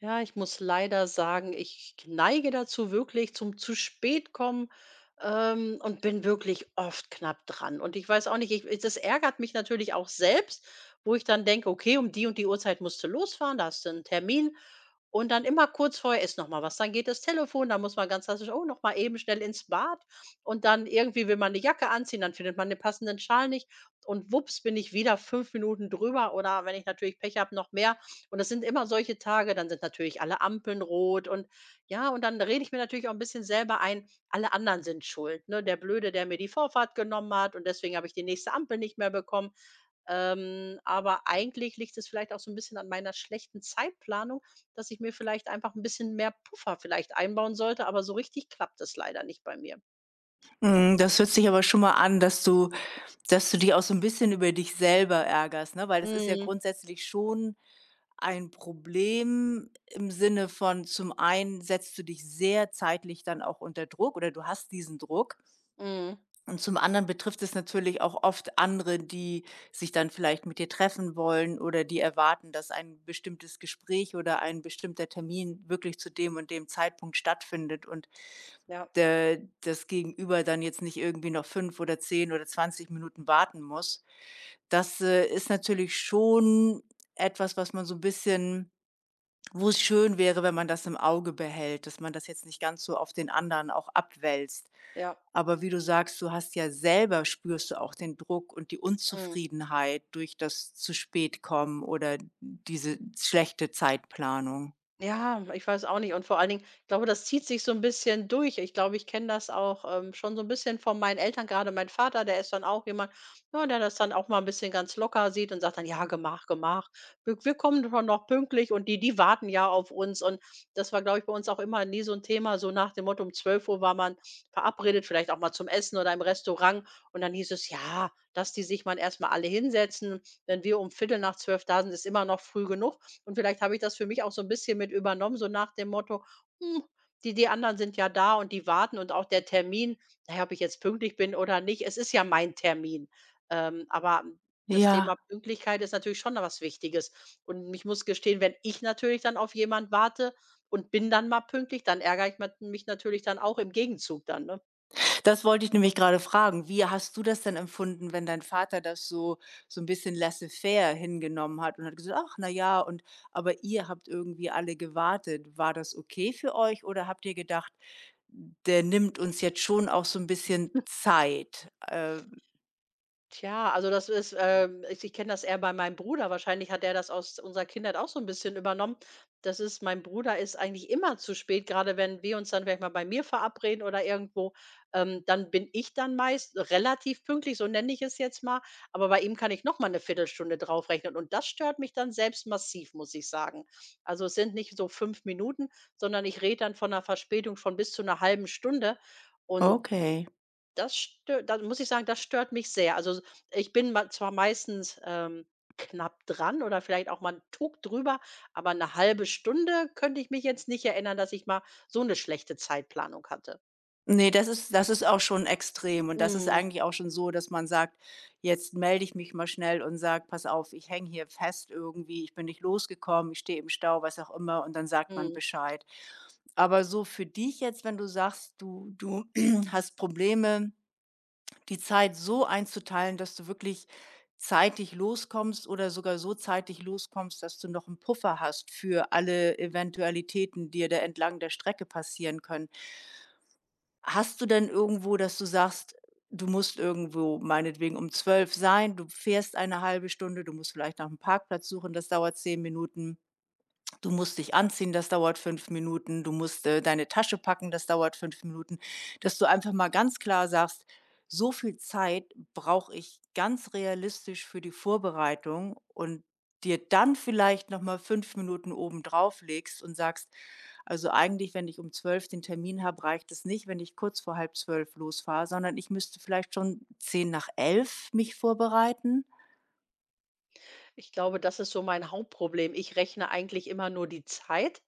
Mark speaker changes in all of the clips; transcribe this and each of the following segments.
Speaker 1: Ja, ich muss leider sagen, ich neige dazu wirklich zum zu spät kommen, und bin wirklich oft knapp dran. Und ich weiß auch nicht, ich das ärgert mich natürlich auch selbst, wo ich dann denke: „Okay, um die und die Uhrzeit musst du losfahren, da hast du 'n Termin.“ Und dann immer kurz vorher ist noch mal was. Dann geht das Telefon, dann muss man ganz klassisch: „Oh, noch mal eben schnell ins Bad.“ Und dann irgendwie will man 'ne Jacke anziehen, dann findet man den passenden Schal nicht und wups bin ich wieder 5 Minuten drüber oder wenn ich natürlich Pech habe, noch mehr. Und das sind immer solche Tage, dann sind natürlich alle Ampeln rot und ja, und dann rede ich mir natürlich auch ein bisschen selber ein, alle anderen sind schuld, ne? Der Blöde, der mir die Vorfahrt genommen hat und deswegen habe ich die nächste Ampel nicht mehr bekommen. Aber eigentlich liegt es vielleicht auch so ein bisschen an meiner schlechten Zeitplanung, dass ich mir vielleicht einfach ein bisschen mehr Puffer vielleicht einbauen sollte, aber so richtig klappt es leider nicht bei mir.
Speaker 2: Mhm, das hört sich aber schon mal an, dass du dich auch so ein bisschen über dich selber ärgerst, ne? Weil das ist ja
Speaker 1: Mhm,
Speaker 2: grundsätzlich schon ein Problem im Sinne von: Zum einen setzt du dich sehr zeitlich dann auch unter Druck oder du hast diesen Druck,
Speaker 1: mhm,
Speaker 2: und zum anderen betrifft es natürlich auch oft andere, die sich dann vielleicht mit dir treffen wollen oder die erwarten, dass ein bestimmtes Gespräch oder ein bestimmter Termin wirklich zu dem und dem Zeitpunkt stattfindet und
Speaker 1: ja,
Speaker 2: dä das Gegenüber dann jetzt nicht irgendwie noch 5 oder 10 oder 20 Minuten warten muss. Das ist natürlich schon etwas, was man so ein bisschen, wo es schön wäre, wenn man das im Auge behält, dass man das jetzt nicht ganz so auf den anderen auch abwälzt.
Speaker 1: ja,
Speaker 2: Aber wie du sagst, du hast ja selber, spürst du auch den Druck und die
Speaker 1: mhm.
Speaker 2: Unzufriedenheit durch das zu spät kommen oder diese schlechte Zeitplanung.
Speaker 1: Ja, ich weiß auch nicht. Und vor allen Dingen, ich glaube, das zieht sich so ein bisschen durch. Ich glaube, ich kenne das auch, schon so ein bisschen von meinen Eltern, gerade mein Vater, der ist dann auch jemand, ja, der das dann auch mal ein bisschen ganz locker sieht und sagt dann: „Ja, gemach, gemach. Wir kommen schon noch pünktlich und die die warten ja auf uns.“ Und das war, glaube ich, bei uns auch immer nie so ein Thema, so nach dem Motto, um 12 Uhr war man verabredet, vielleicht auch mal zum Essen oder im Restaurant. Und dann hieß es: „Ja, dass die sich mal erst mal alle hinsetzen.“ Wenn wir um Viertel nach 12 da sind, ist immer noch früh genug. Und vielleicht habe ich das für mich auch so ein bisschen mit übernommen, so nach dem Motto: „Hm, die anderen sind ja da und die warten“ und auch der Termin, na ja, ob ich jetzt pünktlich bin oder nicht, es ist ja mein Termin. Aber das Thema
Speaker 2: Ja.
Speaker 1: Pünktlichkeit ist natürlich schon noch was Wichtiges. Und ich muss gestehen, wenn ich natürlich dann auf jemand warte und bin dann mal pünktlich, dann ärgere ich mat mich natürlich dann auch im Gegenzug dann, ne?
Speaker 2: Das wollte ich nämlich gerade fragen. Wie hast du das denn empfunden, wenn dein Vater das so ein bisschen laissez-faire hingenommen hat und hat gesagt: „Ach, na ja“, und aber ihr habt irgendwie alle gewartet. War das okay für euch oder habt ihr gedacht: „Der nimmt uns jetzt schon auch so ein bisschen Zeit?“
Speaker 1: Tja, also das ist, ich kenne das eher bei meinem Bruder. Wahrscheinlich hat der das aus unserer Kindheit auch so ein bisschen übernommen. Das ist Mein Bruder ist eigentlich immer zu spät, gerade wenn wir uns dann vielleicht mal bei mir verabreden oder irgendwo, dann bin ich dann meist relativ pünktlich, so nenne ich es jetzt mal, aber bei ihm kann ich noch mal 'ne Viertelstunde draufrechnen und das stört mich dann selbst massiv, muss ich sagen. Also, es sind nicht so 5 Minuten, sondern ich rede dann von einer Verspätung von bis zu einer halben Stunde und
Speaker 2: Okay.
Speaker 1: das stö da muss ich sagen, das stört mich sehr. Also, s Ich bin ma zwar meistens, knapp dran oder vielleicht auch mal 'n Tuck drüber, aber eine halbe Stunde könnte ich mich jetzt nicht erinnern, dass ich mal so eine schlechte Zeitplanung hatte.
Speaker 2: Ne, das ist auch schon extrem, und das ist
Speaker 1: Mhm,
Speaker 2: eigentlich auch schon so, dass man sagt: „Jetzt melde ich mich mal schnell und sage: ‚Pass auf, ich hänge hier fest irgendwie, ich bin nicht losgekommen, ich stehe im Stau’“, was auch immer, und dann sagt man
Speaker 1: mhm.
Speaker 2: Bescheid. Aber so für dich jetzt, wenn du sagst, du hast Probleme, die Zeit so einzuteilen, dass du wirklich zeitig loskommst oder sogar so zeitig loskommst, dass du noch 'n Puffer hast für alle Eventualitäten, die dir da entlang der Strecke passieren können. Hast du denn irgendwo, dass du sagst, du musst irgendwo meinetwegen um 12 sein, du fährst eine halbe Stunde, du musst vielleicht nach einem Parkplatz suchen, das dauert 10 Minuten. Du musst dich anziehen, das dauert 5 Minuten. Du musst, deine Tasche packen, das dauert 5 Minuten. Dass du einfach mal ganz klar sagst: „So viel Zeit brauche ich ganz realistisch für die Vorbereitung“, und dir dann vielleicht noch mal 5 Minuten oben drauf legst und sagst: Also eigentlich, wenn ich um 12 den Termin habe, reicht es nicht, wenn ich kurz vor halb 12 losfahre, sondern ich müsste vielleicht schon 10 nach 11 mich vorbereiten.
Speaker 1: Ich glaube, das ist so mein Hauptproblem. Ich rechne eigentlich immer nur die Zeit,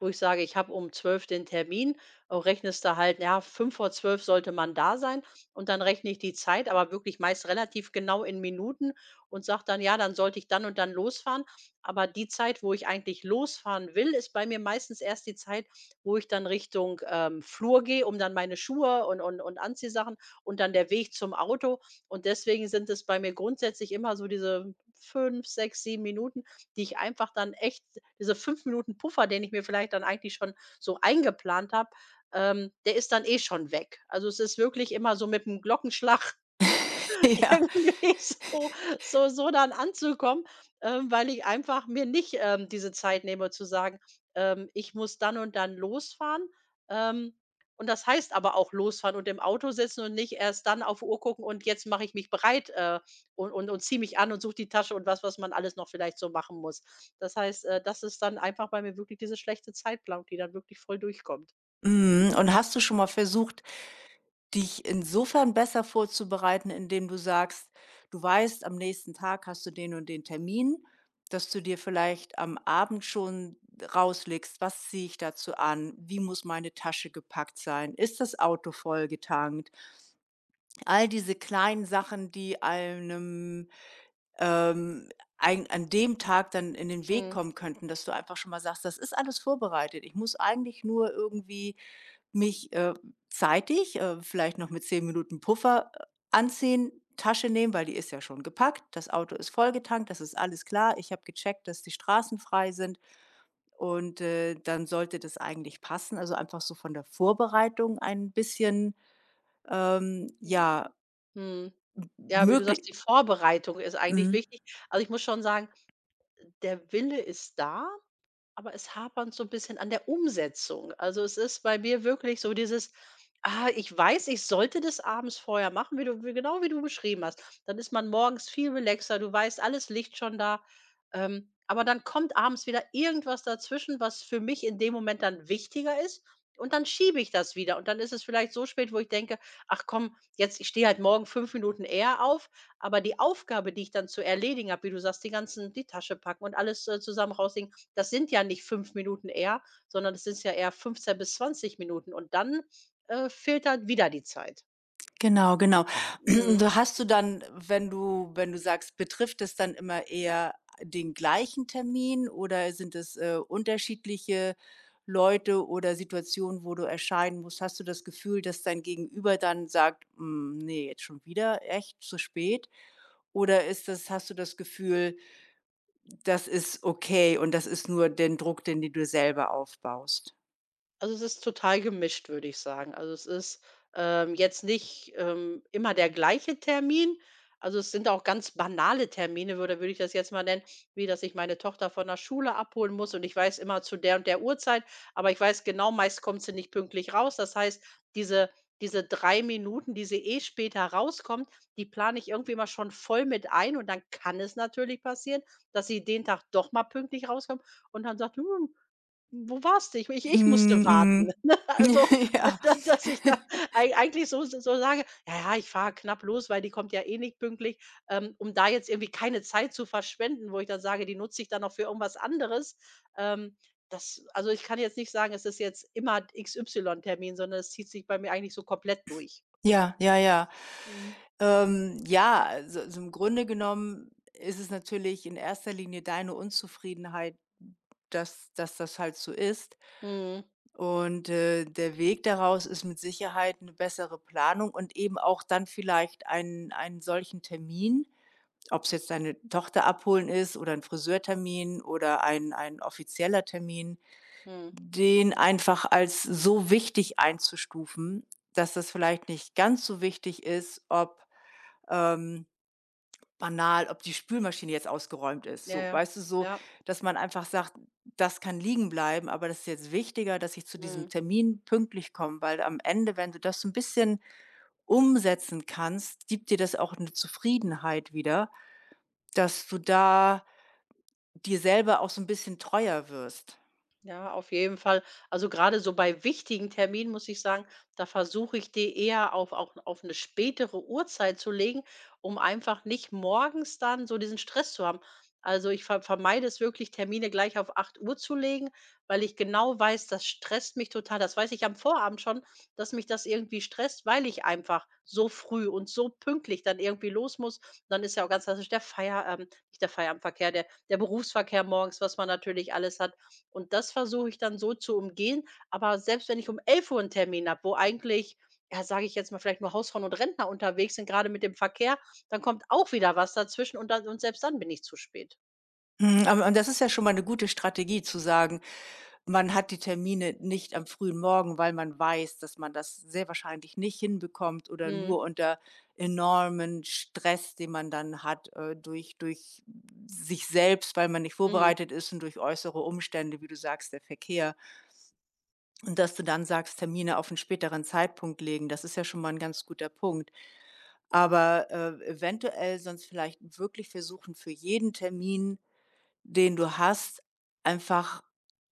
Speaker 1: wo ich sage, ich habe um 12 den Termin, rechnest du halt, ja, 5 vor 12 sollte man da sein und dann rechne ich die Zeit, aber wirklich meist relativ genau in Minuten und sage dann, ja, dann sollte ich dann und dann losfahren. Aber die Zeit, wo ich eigentlich losfahren will, ist bei mir meistens erst die Zeit, wo ich dann Richtung, Flur gehe, um dann meine Schuhe und Anziehsachen und dann der Weg zum Auto. Und deswegen sind es bei mir grundsätzlich immer so diese 5, 6, 7 Minuten, die ich einfach dann echt diese 5 Minuten Puffer, den ich mir vielleicht dann eigentlich schon so eingeplant habe, der ist dann eh schon weg. Also, es ist wirklich immer so mit dem Glockenschlag
Speaker 2: Ja.
Speaker 1: irgendwie so so dann anzukommen, weil ich einfach mir nicht, diese Zeit nehme zu sagen, ich muss dann und dann losfahren. Ähm, und das heißt aber auch losfahren und im Auto sitzen und nicht erst dann auf Uhr gucken und jetzt mache ich mich bereit, und ziehe mich an und suche die Tasche und was man alles noch vielleicht so machen muss. Das heißt, das ist dann einfach bei mir wirklich diese schlechte Zeitplanung, die dann wirklich voll durchkommt.
Speaker 2: Mhm. Und hast du schon mal versucht, dich insofern besser vorzubereiten, indem du sagst, du weißt, am nächsten Tag hast du den und den Termin, dass du dir vielleicht am Abend schon rauslegst: „Was ziehe ich dazu an? Wie muss meine Tasche gepackt sein? Ist das Auto voll getankt? All diese kleinen Sachen, die einem, ähm, ein an dem Tag dann in den Weg
Speaker 1: Mhm.
Speaker 2: kommen könnten, dass du einfach schon mal sagst: „Das ist alles vorbereitet. Ich muss eigentlich nur irgendwie mich, zeitig, vielleicht noch mit 10 Minuten Puffer, anziehen, Tasche nehmen, weil die ist ja schon gepackt. Das Auto ist vollgetankt, das ist alles klar. Ich habe gecheckt, dass die Straßen frei sind, und dann sollte das eigentlich passen.“ Also, einfach so von der Vorbereitung ein bisschen, ja,
Speaker 1: Mhm. Ja, wie du sagst,
Speaker 2: Möglich
Speaker 1: die Vorbereitung ist eigentlich
Speaker 2: mhm,
Speaker 1: wichtig. Also, ich muss schon sagen, der Wille ist da, aber es hapert so ein bisschen an der Umsetzung. Also, es ist bei mir wirklich so dieses: „Ah, ich weiß, ich sollte das abends vorher machen“, wie genau wie du beschrieben hast. Dann ist man morgens viel relaxter, du weißt, alles liegt schon da. Aber dann kommt abends wieder irgendwas dazwischen, was für mich in dem Moment dann wichtiger ist und dann schiebe ich das wieder und dann ist es vielleicht so spät, wo ich denke: „Ach komm, jetzt ich stehe halt morgen 5 Minuten eher auf“, aber die Aufgabe, die ich dann zu erledigen habe, wie du sagst, die Tasche packen und alles, zusammen rausding, das sind ja nicht 5 Minuten eher, sondern das ist ja eher 15 bis 20 Minuten und dann, fehlt dann wieder die Zeit.
Speaker 2: genau, genau.
Speaker 1: Mhm.
Speaker 2: Da hast du dann, wenn du sagst, betrifft es dann immer eher den gleichen Termin oder sind es, unterschiedliche Leute oder Situationen, wo du erscheinen musst? Hast du das Gefühl, dass dein Gegenüber dann sagt: „Hm, ne, jetzt schon wieder? Echt? Zu spät?“ Oder ist das, hast du das Gefühl, das ist okay, und das ist nur den Druck, den dir du dir selber aufbaust?
Speaker 1: Also, es ist total gemischt, würde ich sagen. Also, es ist, jetzt nicht, immer der gleiche Termin. Also, es sind auch ganz banale Termine, würde ich das jetzt mal nennen, wie dass ich meine Tochter von der Schule abholen muss und ich weiß immer zu der und der Uhrzeit, aber ich weiß genau, meist kommt sie nicht pünktlich raus. Das heißt, diese diese 3 Minuten, die sie eh später rauskommt, die plane ich irgendwie immer schon voll mit ein und dann kann es natürlich passieren, dass sie den Tag doch mal pünktlich rauskommt und dann sagt: „Hm, wo warst du? Ich musste warten“,
Speaker 2: Mhm,
Speaker 1: ne?
Speaker 2: mhm.
Speaker 1: Also,
Speaker 2: Ja.
Speaker 1: da dass ich da ei eigentlich so sage: „Ja, ja, ich fahre knapp los, weil die kommt ja eh nicht pünktlich.“ Um da jetzt irgendwie keine Zeit zu verschwenden, wo ich dann sage, die nutze ich dann noch für irgendwas anderes. Ähm, Das, also, ich kann jetzt nicht sagen, es ist jetzt immer XY-Termin, sondern es zieht sich bei mir eigentlich so komplett durch.
Speaker 2: Ja, ja, ja.
Speaker 1: Mhm.
Speaker 2: Ja, also, im Grunde genommen ist es natürlich in erster Linie deine Unzufriedenheit, dass das halt so ist.
Speaker 1: Mhm,
Speaker 2: Und, der Weg daraus ist mit Sicherheit eine bessere Planung und eben auch dann vielleicht einen solchen Termin, ob es jetzt deine Tochter abholen ist oder ein Friseurtermin oder ein offizieller Termin,
Speaker 1: mhm.
Speaker 2: den einfach als so wichtig einzustufen, dass das vielleicht nicht ganz so wichtig ist, ob ähm, banal, ob die Spülmaschine jetzt ausgeräumt ist.
Speaker 1: Ja,
Speaker 2: So,
Speaker 1: ja.
Speaker 2: weißt du, so,
Speaker 1: Ja,
Speaker 2: dass man einfach sagt, das kann liegen bleiben, aber das ist jetzt wichtiger, dass ich zu diesem
Speaker 1: mhm.
Speaker 2: Termin pünktlich komme, weil am Ende, wenn du das so ein bisschen umsetzen kannst, gibt dir das auch eine Zufriedenheit wieder, dass du da dir selber auch so ein bisschen treuer wirst.
Speaker 1: Ja, auf jeden Fall. Also gerade so bei wichtigen Terminen muss ich sagen, da versuche ich die eher auf, auch auf eine spätere Uhrzeit zu legen, um einfach nicht morgens dann so diesen Stress zu haben. Also ich vermeide es wirklich, Termine gleich auf 8 Uhr zu legen, weil ich genau weiß, das stresst mich total. Das weiß ich am Vorabend schon, dass mich das irgendwie stresst, weil ich einfach so früh und so pünktlich dann irgendwie los muss. Dann ist ja auch ganz klassisch nicht der Feierabendverkehr, der Berufsverkehr morgens, was man natürlich alles hat und das versuche ich dann so zu umgehen. Aber selbst wenn ich um 11 Uhr einen Termin habe, wo eigentlich, ja, sage ich jetzt mal, vielleicht nur Hausfrauen und Rentner unterwegs sind, gerade mit dem Verkehr, dann kommt auch wieder was dazwischen und dann und selbst dann bin ich zu spät.
Speaker 2: Mhm, aber, und das ist ja schon mal 'ne gute Strategie zu sagen, man hat die Termine nicht am frühen Morgen, weil man weiß, dass man das sehr wahrscheinlich nicht hinbekommt oder
Speaker 1: Mhm.
Speaker 2: nur unter enormen Stress, den man dann hat, durch sich selbst, weil man nicht
Speaker 1: Mhm.
Speaker 2: vorbereitet ist, und durch äußere Umstände, wie du sagst, der Verkehr. Und dass du dann sagst, Termine auf 'n späteren Zeitpunkt legen, das ist ja schon mal 'n ganz guter Punkt. Aber, eventuell sonst vielleicht wirklich versuchen, für jeden Termin, den du hast, einfach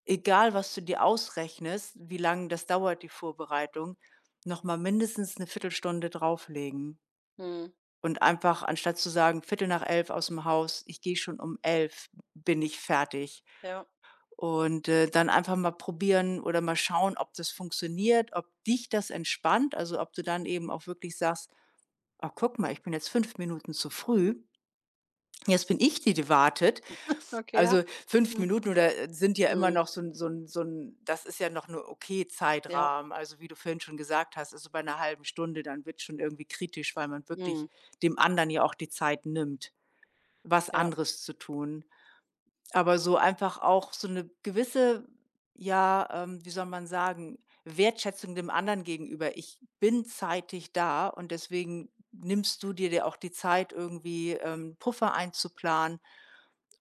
Speaker 2: egal, was du dir ausrechnest, wie lang das dauert, die Vorbereitung, noch mal mindestens eine Viertelstunde drauflegen
Speaker 1: Mhm.
Speaker 2: und einfach anstatt zu sagen: „Viertel nach 11 aus dem Haus“, ich gehe schon um 11, bin ich fertig.
Speaker 1: Ja.
Speaker 2: Und, dann einfach mal probieren oder mal schauen, ob das funktioniert, ob dich das entspannt, also, ob du dann eben auch wirklich sagst: „Ach, guck mal, ich bin jetzt 5 Minuten zu früh. Jetzt bin ich die, die wartet.“
Speaker 1: Okay, ja.
Speaker 2: Also, fünf
Speaker 1: Mhm.
Speaker 2: Minuten oder sind ja immer
Speaker 1: Mhm.
Speaker 2: noch so ein das ist ja noch 'ne okay
Speaker 1: Ja.
Speaker 2: Zeitrahmen. Also, wie du vorhin schon gesagt hast, also, bei einer halben Stunde, dann wird schon irgendwie kritisch, weil man wirklich
Speaker 1: Mhm.
Speaker 2: dem anderen ja auch die Zeit nimmt, was
Speaker 1: Ja.
Speaker 2: anderes zu tun. Aber so einfach auch so eine gewisse, ja, wie soll man sagen, Wertschätzung dem anderen gegenüber. Ich bin zeitig da, und deswegen nimmst du dir auch die Zeit, irgendwie, Puffer einzuplanen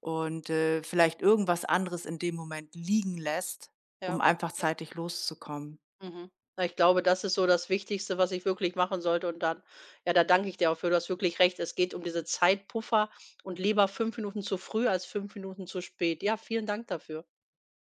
Speaker 2: und, vielleicht irgendwas anderes in dem Moment liegen lässt, um
Speaker 1: Ja.
Speaker 2: einfach zeitig loszukommen.
Speaker 1: Mhm. Na, ich glaube, das ist so das Wichtigste, was ich wirklich machen sollte und dann ja, da danke ich dir auch für. Du hast wirklich recht. Es geht um diese Zeitpuffer und lieber 5 Minuten zu früh als 5 Minuten zu spät. Ja, vielen Dank dafür.